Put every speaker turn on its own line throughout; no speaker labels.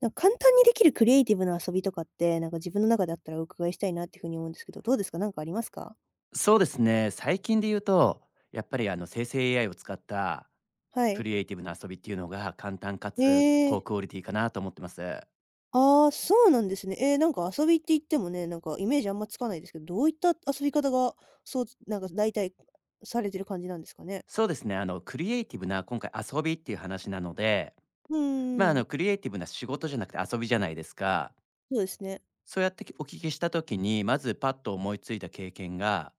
なんか簡単にできるクリエイティブな遊びとかって、なんか自分の中であったらお伺いしたいなっていうふうに思うんですけど、どうですか？なんかありますか？
そうですね、最近で言うと、やっぱり生成 AI を使った
は
ク
い。
リエイティブな遊びっていうのが簡単か
え
つ高
え。
クオリティかなと思ってます。
ああー、そうなんですね。なんか遊びって言ってもね、なんかイメージあんまつかないですけど、どういった遊び方が、そうなんか大体されてる感じなんですかね？
そうですね、クリエイティブな今回遊びっていう話なので、
うんうんうん。
クリエイティブな仕事じゃなくて遊びじゃないですか。
そうですね。
そうやってお聞きした時に、まずパッと思いついた経験が、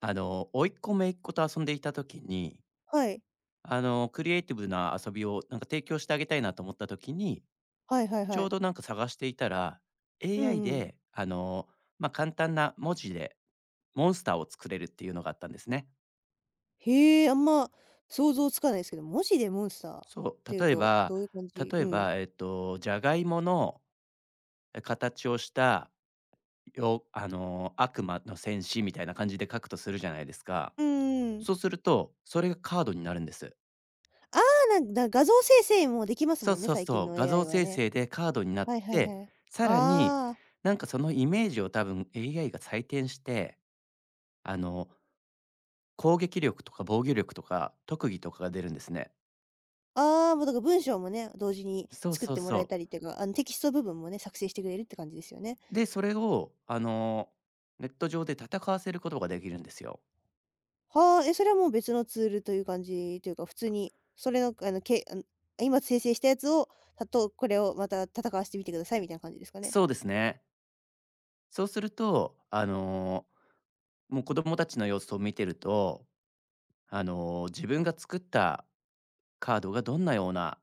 甥っ子姪っ子と遊んでいた時に、
はい。
クリエイティブな遊びをなんか提供してあげたいなと思った時に、
はいはい
ち
は
ょう
い。
どなんか探していたら、
う
AI
んうん。
で、簡単な文字でモンスターを作れるっていうのがあったんですね。
へえ、あんま想像つかないですけど、文字でモンスターっ
そう、
ていう
例え
と、
ば
どういう感じ？
例え
うん。
ば、ジャガイモの、形をした、よあの、悪魔の戦士みたいな感じで書くとするじゃないですか。
うんうんうん。
そうすると、それがカードになるんです。
ああ、なんだ画像生成もできます
そう
もんね、
そう
最
そ
近
う、
の
画像
AI は
生
ね。
成でカードになっ
はいはい
て、
はい。
さらに、
ああ、
なんかそのイメージを多分 AI が採点して、あの、攻撃力とか防御力とか特技とかが出るんですね。
ああ、もうだから文章もね、同時に
そう
作っ
そう
ても
そ
らえた
う。
りっていうか、テキスト部分もね、作成してくれるって感じですよね。
で、それをネット上で戦わせることができるんですよ。
はあ、え、それはもう別のツールという感じというか、普通に、それのあの、けあの、今生成したやつを、これをまた戦わしてみてくださいみたいな感じですかね。
そうですね。そうすると、もう子供たちの様子を見てると、自分が作ったカードがどんなような、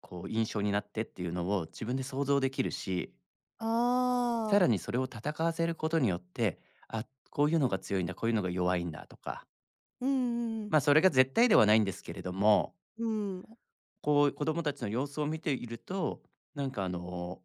こう、印象になってっていうのを自分で想像できるし、
あ
さら
あ、
にそれを戦わせることによって、あ、こういうのが強いんだ、こういうのが弱いんだとか、
うんうんうん。
それが絶対ではないんですけれども、
うん、
こう、子供たちの様子を見ていると、なんかあの、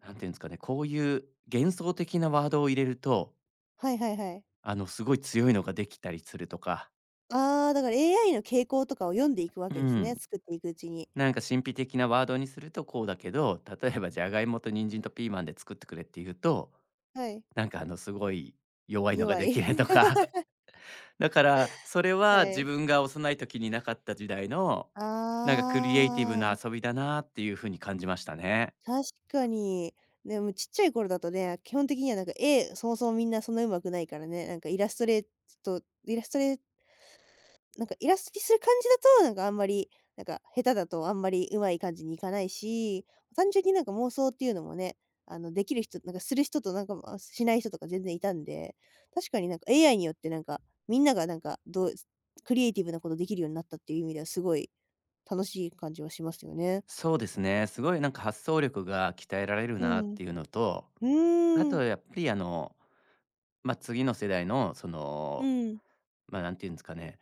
なんていうんですかね、こういう幻想的なワードを入れると、
はいはいはい。
すごい強いのができたりするとか、
ああ、だから AI の傾向とかを読んでいくわ
う
けですね、
ん、
作っていくうちに。
なんか神秘的なワードにするとこうだけど、例えばじゃがいもと人参とピーマンで作ってくれって言うと、
はい。
すごい弱いのが
弱
で
い。
きると か だからそれは
は
自
い。
分が幼い時になかった時代の、なんかクリエイティブ
あ
な
あ、
遊びだなっていう風に感じましたね。
確かに。でもちっちゃい頃だとね、基本的にはなんか絵、そもそもみんなそんな上手くないからね、なんかイラストレートイラストレなんかイラストにする感じだと、なんかあんまり、なんか下手だとあんまり上手い感じにいかないし、単純になんか妄想っていうのもね、できる人、なんかする人となんか、ま、しない人とか全然いたんで、確かになんか AI によってなんか、みんながなんかどうクリエイティブなことできるようになったっていう意味ではすごい楽しい感じはしますよね。
そうですね。すごいなんか発想力が鍛えられる
う
なっ
ん。う
ていうのと、あ
ー
と
ん、
やっぱり次の世代のそ
う
の、
ん。
まあ、なんていうんですかね、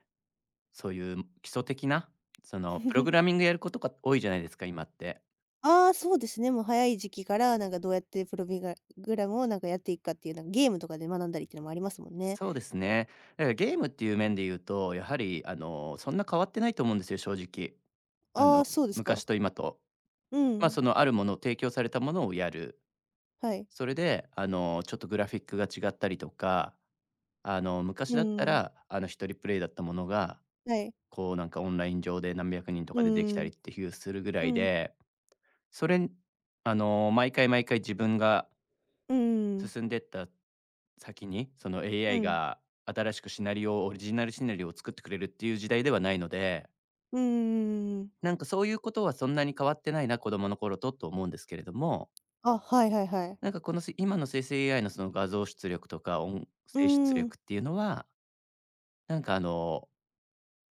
そういう基礎的な、そのプログラ ミングやることが多いじゃないですか、今って。
ああ、そうですね。もう早い時期から、なんかどうやってプロビガグラムをなんかやっていくかっていう、なんかゲームとかで学んだりっていうのもありますもんね。
そうですね。だからゲームっていう面で言うと、やはりそんな変わってないと思うんですよ、正直。あ
ああ、
の、
そうですか。
昔と今と。
う
そ
ん。
のあるものを提供されたものをやる。
はい。
それで、ちょっとグラフィックが違ったりとか、昔
う
だった
ん。
ら、一人プレイだったものが、
はい。
こう、なんかオンライン上で何百人と
う
かでできたり
ん。
っていうするぐら
う
い
ん。
で、それあの、毎回毎回自分が
うん。
進んでった先に、その
う
AI
ん。
が新しくシナリオをオリジナルシナリオを作ってくれるっていう時代ではないので、
うんうんうんうんうんうんうん
なんかそういうことはそんなに変わってないな、子供の頃と思うんですけれども、
あ、はいはいはい。
なんかこの、せ今の生成 AI のその画像出力とか音
う
声出
ーん。
力っていうのは、なんかあの、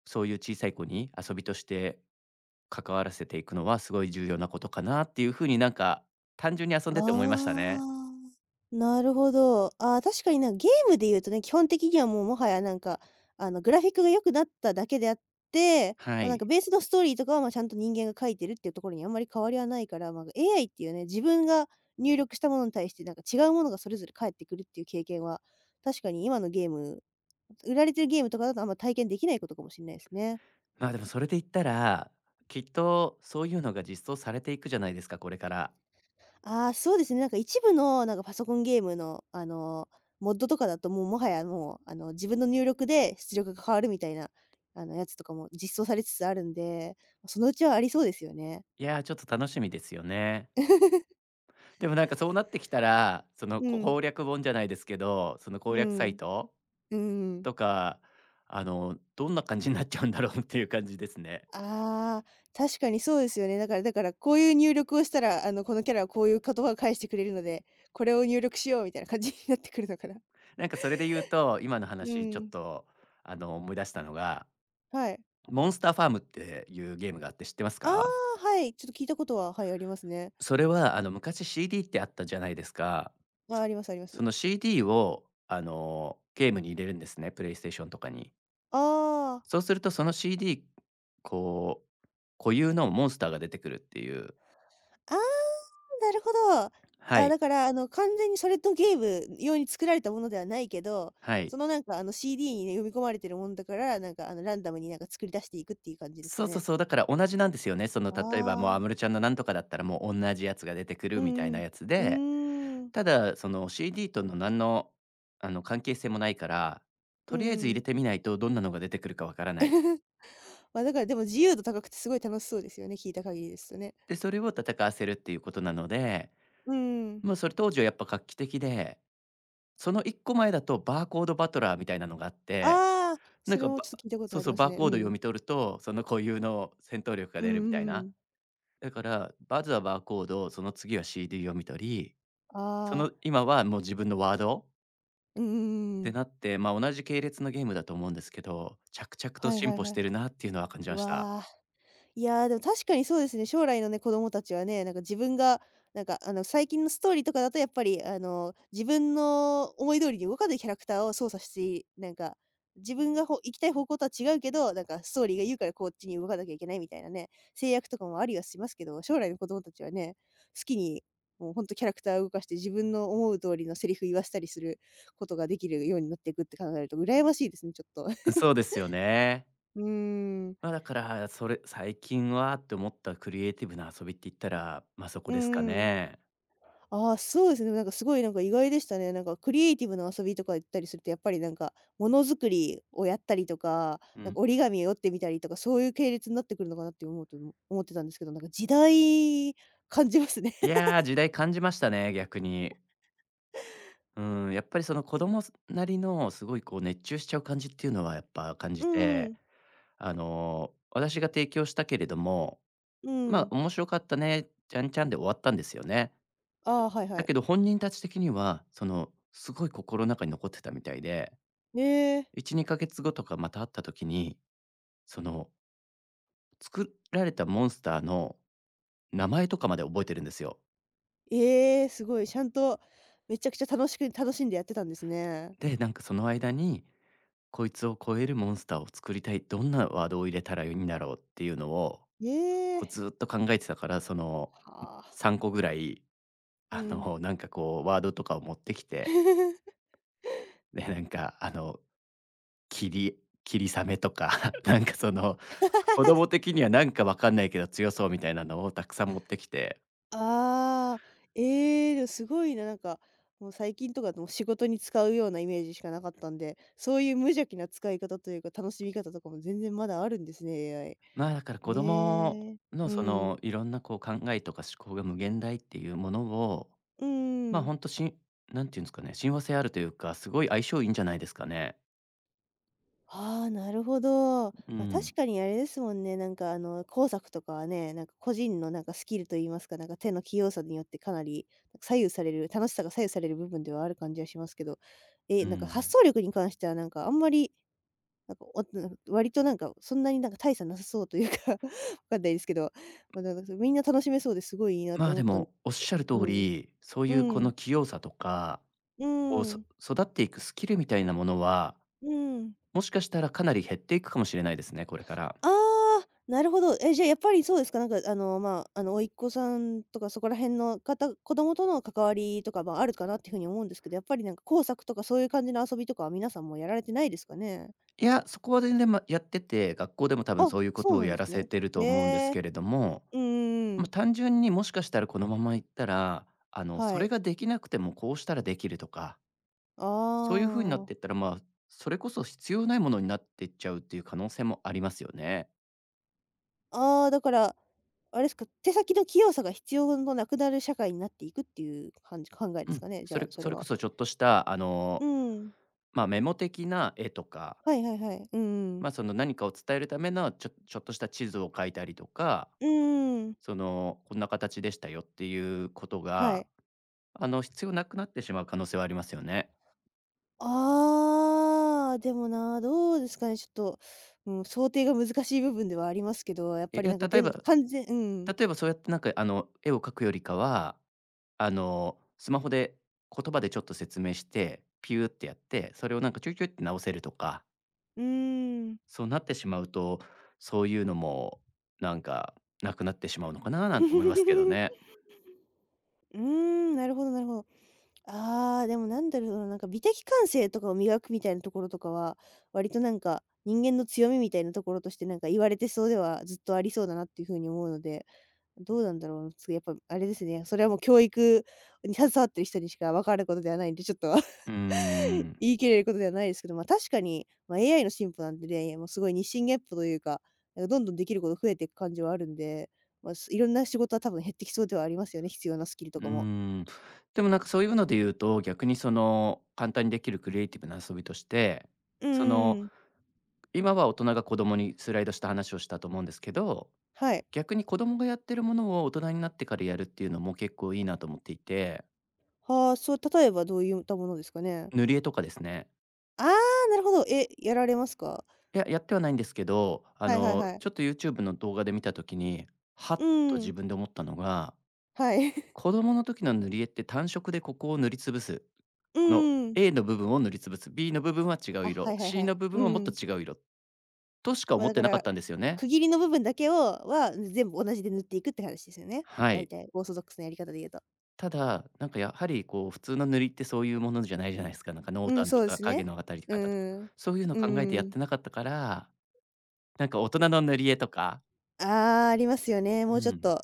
そういう小さい子に遊びとして関わらせていくのはすごい重要なことかなっていうふうになんか、単純に遊んでて思いましたね。
ああ、なるほど。ああ、確かになゲームで言うとね、基本的にはもうもはやなんか、グラフィックが良くなっただけであって、
は
まあ、なん
い。
かベースのストーリーとかは、ま、ちゃんと人間が書いてるっていうところにあんまり変わりはないから、まあ、AI っていうね、自分が入力したものに対してなんか違うものがそれぞれ返ってくるっていう経験は、確かに今のゲーム売られてるゲームとかだとあんま体験できないことかもしれないですね。
まあ、でもそれで言ったら、きっとそういうのが実装されていくじゃないですか、これから。
ああ、そうですね。なんか一部のなんかパソコンゲームの、モッドとかだと、もうもはやもう、あの、自分の入力で出力が変わるみたいな、やつとかも実装されつつあるんで、そのうちはありそうですよね。
いやー、ちょっと楽しみですよね。でもなんかそうなってきたら、その
う
こ
ん、
攻略本じゃないですけど、その攻
う
略サイ
ん、
ト
うん。
とか、どんな感じになっちゃうんだろうっていう感じですね。
ああ、確かにそうですよね。だからこういう入力をしたら、このキャラはこういう言葉を返してくれるので、これを入力しようみたいな感じになってくるのかな。
なんかそれで言うと、今の
う
話ちょっ
ん。
と、思い出したのが、
はい。
モンスターファームっていうゲームがあって知ってます
あ
か？
あ、はい。ちょっと聞いたことは、はい、ありますね。
それは、昔 CD ってあったじゃないですか。
ああ、
そ
ありますありま
そ
す。
の CD を、ゲームに入れるんですね、プレイステーションとかに。
ああ。
そうするとその CD、こう、固有のモンスターが出てくるっていう、
ああ、なるほど。
は
あ、
い。
だから、完全にそれとゲーム用に作られたものではないけど、
はい。
その、なんか、CD にね、読み込まれてるもんだから、なんか、ランダムに、なんか、作り出していくっていう感じです
そ
か
うそう
ね。
そう、だから同じなんですよね。その、
あ
例えば、もう安
あ、
室ちゃんのなんとかだったら、もう同じやつが出てくる
う
みたい
んう
な
ん。
やつ
う
で、
ーん。
ただ、その CD との何の、関係性もないから、
う
と
ー
りあえず入れ
ん。
てみないとどんなのが出てくるかわからない。
まあ、だから、でも自由度高くてすごい楽しそうですよね、聞いた限りですとね。
で、それを戦わせるっていうことなので、
うーん。
もうそれ当時はやっぱ画期的で、その一個前だとバーコードバトラーみたいなのがあって、
ああ、
なん
それ
か
もち
ば
ょっと聞いたこと
そ
あ
う
り
そう、
ます
バー
ね。う
コード読
ん。
み取ると、その固有の戦闘力が
うんう
出
ん
るみたい
う
な。
ん。
だから、まずはバーコード、その次は CD 読み取り、そ
ああ、
の、今はもう自分のワード
うんうんうんうんああううんう
っ
んう
て
ん
なって、まあ、同じ系列のゲームだと思うんですけど、着々と
はい
進
はい
歩し
はい。
てるなっていうのは感じました。
わあ。いやー、でも確かにそうですね。将来のね、子供たちはね、なんか自分が、なんか最近のストーリーとかだとやっぱり自分の思い通りに動かないキャラクターを操作して、なんか、自分が行きたい方向とは違うけど、なんかストーリーが言うからこっちに動かなきゃいけないみたいなね、制約とかもありはしますけど、将来の子供たちはね、好きにもうほんとキャラクターを動かして自分の思う通りのセリフ言わせたりすることができるようになっていくって考えると羨ましいですね、ちょっと。
そうですよね。
うーん。
まあ、だから、それ最近はって思ったクリエイティブな遊びって言ったら、そこ
う
ですか
ーん。
ね。
ああ、そうですね。なんかすごいなんか意外でしたね。なんかクリエイティブな遊びとか行ったりすると、やっぱりなんかものづくりをやったりとか、
う
なん
ん。
か折り紙を折ってみたりとか、そういう系列になってくるのかなって思うと思ってたんですけど、なんか時代感じますね。
いやー、時代感じましたね、逆に。うん、やっぱりその子供なりのすごいこう熱中しちゃう感じっていうのはやっぱ感
う
じて、
ん、
私が提供したけれども、
うん。
面白かったね、ちゃんちゃんで終わったんですよね。
ああ、はいは
だ
い。
けど本人たち的には、その、すごい心の中に残ってたみたいで、
ええ、
1、2ヶ月後とかまた会った時に、その、作られたモンスターの名前とかまで覚えてるんですよ。
ええ、すごい。ちゃんとめちゃくちゃ楽しく楽しんでやってたんですね。
で、なんかその間に、こいつを超えるモンスターを作りたい、どんなワードを入れたらいいんだろうっていうのを、
え
こう
え、
ずっと考えてたから、その、
はあ、
3個ぐらい、
うん。
なんかこうワードとかを持ってきて、で、きり霧雨とか なんかその子供的にはなんかわかんないけど強そうみたいなのをたくさん持ってきて、
ああ、ええ、でもすごいな、なんか、もう最近とかもう仕事に使うようなイメージしかなかったんで、そういう無邪気な使い方というか、楽しみ方とかも全然まだあるんですね、AI。
まあ、だから子供
ええ、
の
う
そ
ん。
のいろんなこう考えとか思考が無限大っていうものを、
うん
まあ、
う
ほ
ん。
んとしん何て言うんですかね、親和性あるというか、すごい相性いいんじゃないですかね。
ああ、なるほど。
う
まあ、確
ん、
かにあれですもんね、なんか工作とかはね、なんか個人のなんかスキルといいますか、なんか手の器用さによってかなり左右される楽しさが左右される部分ではある感じはしますけど、
う
え、なんか発
ん。
想力に関してはなんかあんまりなんか、なんか割となんか、そんなになんか大差なさそうというか わかんないですけど、まあ、なんか、みんな楽しめそうですごいいいなと
まあ、
思
で
ったんで
もおっしゃる通
うん。
り、そうい
う
うこの
ん。
器用さとか、
う
こう、
ー
そ
ん。
育っていくスキルみたいなものは、
うん。
もしかしたらかなり減っていくかもしれないですね、これから。
ああ、なるほど。え、じゃあやっぱりそうですか、なんかまあ、甥っ子さんとかそこら辺の子供との関わりとか、まあ、あるかなっていうふうに思うんですけど、やっぱりなんか工作とかそういう感じの遊びとかは皆さんもやられてないですかね？
いや、そこは全然、やってて、学校でも多分
あ、
そういうこ
そ
と
う
を
なん
や
で
ら
す
せ
ね。
てると思うんです
へ
け
え。
れども、
うんうんうん。
単純にもしかしたらこのままいったら、そ
は
れ
い。
ができなくてもこうしたらできるとか、
あ
そういう風になってっ
あ。
たら、まあ、それこそ必要ないものになってっちゃうっていう可能性もありますよね。
ああ、だから、あれですか、手先の器用さが必要のなくなる社会になっていくっていう考え
う
です
ん、
かね、じ
そ
ゃあ、
れ
それ
こ
は。
そちょっとした、
うん。
メモ的な絵とか、
はいはいはい。うんうん。
その何かを伝えるためのちょっとした地図を描いたりとか、
うんうん。
その、こんな形でしたよっていうこと
は
が
い。
必要なくなってしまう可能性はありますよね。
ああ、でもな、どうですかね、ちょっと、うん、想定が難しい部分ではありますけど、やっ
え、
ぱ
い
り
や、
なんか
例え
でん
ば
完全うん。
例えばそうやってなんか、絵を描くよりかは、あの、スマホで言葉でちょっと説明して、ピューってやって、それをなんかちょいちょいって直せるとか、
うーん。
そうなってしまうと、そういうのもなんかなくなってしまうのかななんて思いますけどね。
うーん、なるほどなるほど。ああ、でもなんだろうな、なんか美的感性とかを磨くみたいなところとかは、割となんか、人間の強みみたいなところとしてなんか言われてそうではずっとありそうだなっていう風に思うので、どうなんだろう、つやっぱあれですね、それはもう教育に携わってる人にしか分かることではないんで、ちょっと
うー ん、
言い切れることではないですけど、ま、確かに、まあ、AI の進歩なんでね、もうすごい日進月歩というか、なんかどんどんできること増えていく感じはあるんで、まあ、すいろんな仕事は多分減ってきそうではありますよね、必要なスキル
う
と
ー
かも。
ん。でもなんかそういうので言うと、逆にその簡単にできるクリエイティブな遊びとして、
うー
その
うん。
今は大人が子供にスライドした話をしたと思うんですけど、
はい。
逆に子供がやってるものを大人になってからやるっていうのも結構いいなと思っていて、
はあ、そう、例えばどういったものですかね？
塗り絵とかですね。
ああ、なるほど。え、やられますか？
いや、やってはないんですけど、あ
はいはい
の、
はい。
ちょっと YouTube の動画で見た時に、は
う
っと
ー
自
ん、
分で思ったのが、
はい。
子供の時の塗り絵って単色でここを塗りつぶす。
う
この
ーん。
A の部分を塗りつぶす。B の部分は違う
あ、は
色。
いはい
C
は
の
い。
部
う
分はもっ
ー
と
ん。
違う色。としか
ま、あ
思っ
だか
てなかっ
ら、
たんですよね。
区切りの部分だけをは、全部同じで塗っていくって話ですよね？
は
大
い。
体オーソドックスなやり方で言うと。
ただ、なんかやはりこう普通の塗りってそういうものじゃないじゃないですか。なんか濃
うん、
淡
そ
と
うで
か
す
影
ね。
の当たり
う
方とか、
ーん。う
そういうの
ー
考えてやっ
ん。
てなかったから、なんか大人の塗り絵とか、
ああ、ありますよね。
う
もうちょっ
ん。
と、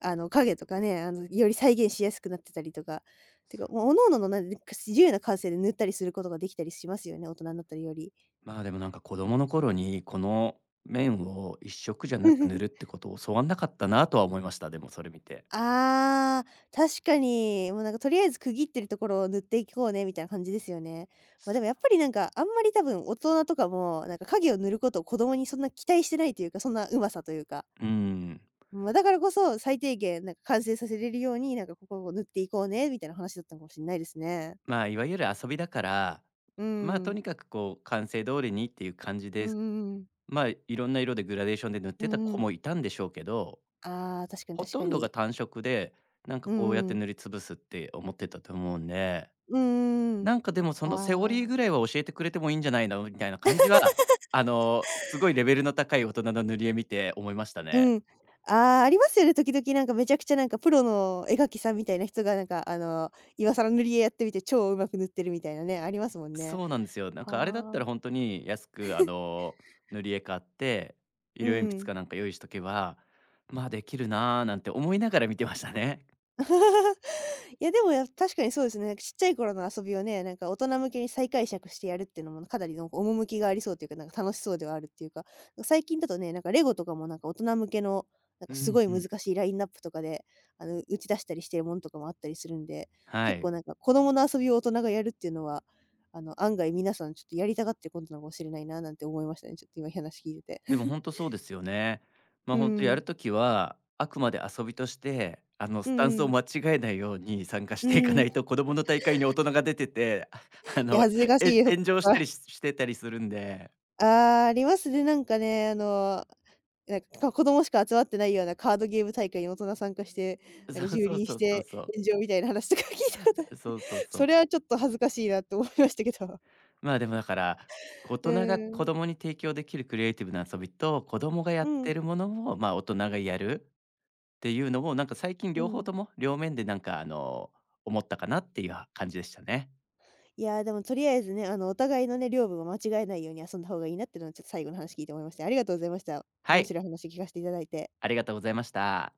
影とかね、より再現しやすくなってたりとか。て
そ
か、
う、
もう、各々ののなんで、自由な感性で塗ったりすることができたりしますよね、大人になったりより。
まあ、でもなんか子供の頃にこの面を一色じゃなく塗るっ てことを教わんなかったなとは思いました。でもそれ見て。
ああ、確かに。もうなんかとりあえず区切ってるところを塗っていこうねみたいな感じですよね。
す、
ま、でもやっぱりなんか、あんまり多分大人とかも、なんか影を塗ることを子供にそんな期待してないというか、そんな上手さというか。
うん。
ま、だからこそ、最低限なんか完成させれるように、なんかここを塗っていこうねみたいな話だったのかもしれないですね。
まあ、いわゆる遊びだから、
うー
まあ、と
ん。
にかくこう完成通りにっていう感じ
う
で
んう
す。
んうん。
まあ、いろんな色でグラデーションで塗っ
う
てた
ん
子
うん。
もいたんでしょうけど、
ああ、確かに
ほ
確
と
か
んどが
に。
単色で、なんか
う
こうやっ
んう
て
ん。
塗りつぶすって思ってたと思うんで、
うんうんうん。
なんかでもそのセオリー
ああ、
ぐらいは教えてくれてもいいんじゃないのみたいな感じは、あの、すごいレベルの高い大人の塗り絵見て思いました
う
ね。
ん。ああ、ありますよね、時々なんかめちゃくちゃなんかプロの絵描きさんみたいな人がなんか今更塗り絵やってみて超上手く塗ってるみたいなね、ありますもんね。
そうなんですよ。なんかあれだった
は
ら
あ。
本当に安く塗り絵買って、
う
色鉛筆
ん。
かなんか用意しとけば、まあできるなーなんて思いながら見てましたね。
いや、でも、や確かにそうですね。ちっちゃい頃の遊びをね、なんか大人向けに再解釈してやるっていうのも、かなりなんか趣がありそうというか、なんか楽しそうではあるっていうか、最近だとね、なんかレゴとかもなんか大人向けの、なんか
う
すご
ん
い
う
難
ん。
しいラインナップとかで、打ち出したりしてるものとかもあったりするんで、
は
結構
い。
なんか子供の遊びを大人がやるっていうのは、案外皆さんちょっとやりたがってることなのかもしれないな、なんて思いましたね。ちょっと今話聞いてて。
でも 本当そうですよね。ま、あ
う
本とや
ん。
るときは、あくまで遊びとして、あの、
う
スタン
ん
ス
う
を
ん。
間違えないように参加し
う
ていか
ん。
な
い
いと、子供の大会に大人が出てて あ
や、
の、
恥ずかしい。
炎上した りしてたりするんで。
ああ、ありますね。なんかね、なんか、子供しか集まってないようなカードゲーム大会に大人参加して、な
そ
んか
う
蹂
そう
躙
そ
し
うそう
て
そう。
炎上みたいな話とか 聞いたことあって、
そうそうそ
そ
う。
れはちょっと恥ずかしいなって思いましたけど。
まあ、でもだから、大
う
人が子
ん。
供に提供できるクリエイティブな遊びと、子供がや
う
って
ん、
るものを、ま、大人がやるっていうのも、なんか最近
う
両方
ん。
とも、両面でなんか、あの、思ったかなっていう感じでしたね。
いやー、でもとりあえずね、お互いのね、領分を間違えないように遊んだ方がいいなっていうのは、ちょっと最後の話聞いて思いました。ありがとうございました。
は
面
い。
白い話聞かせていただいて。
ありがとうございました。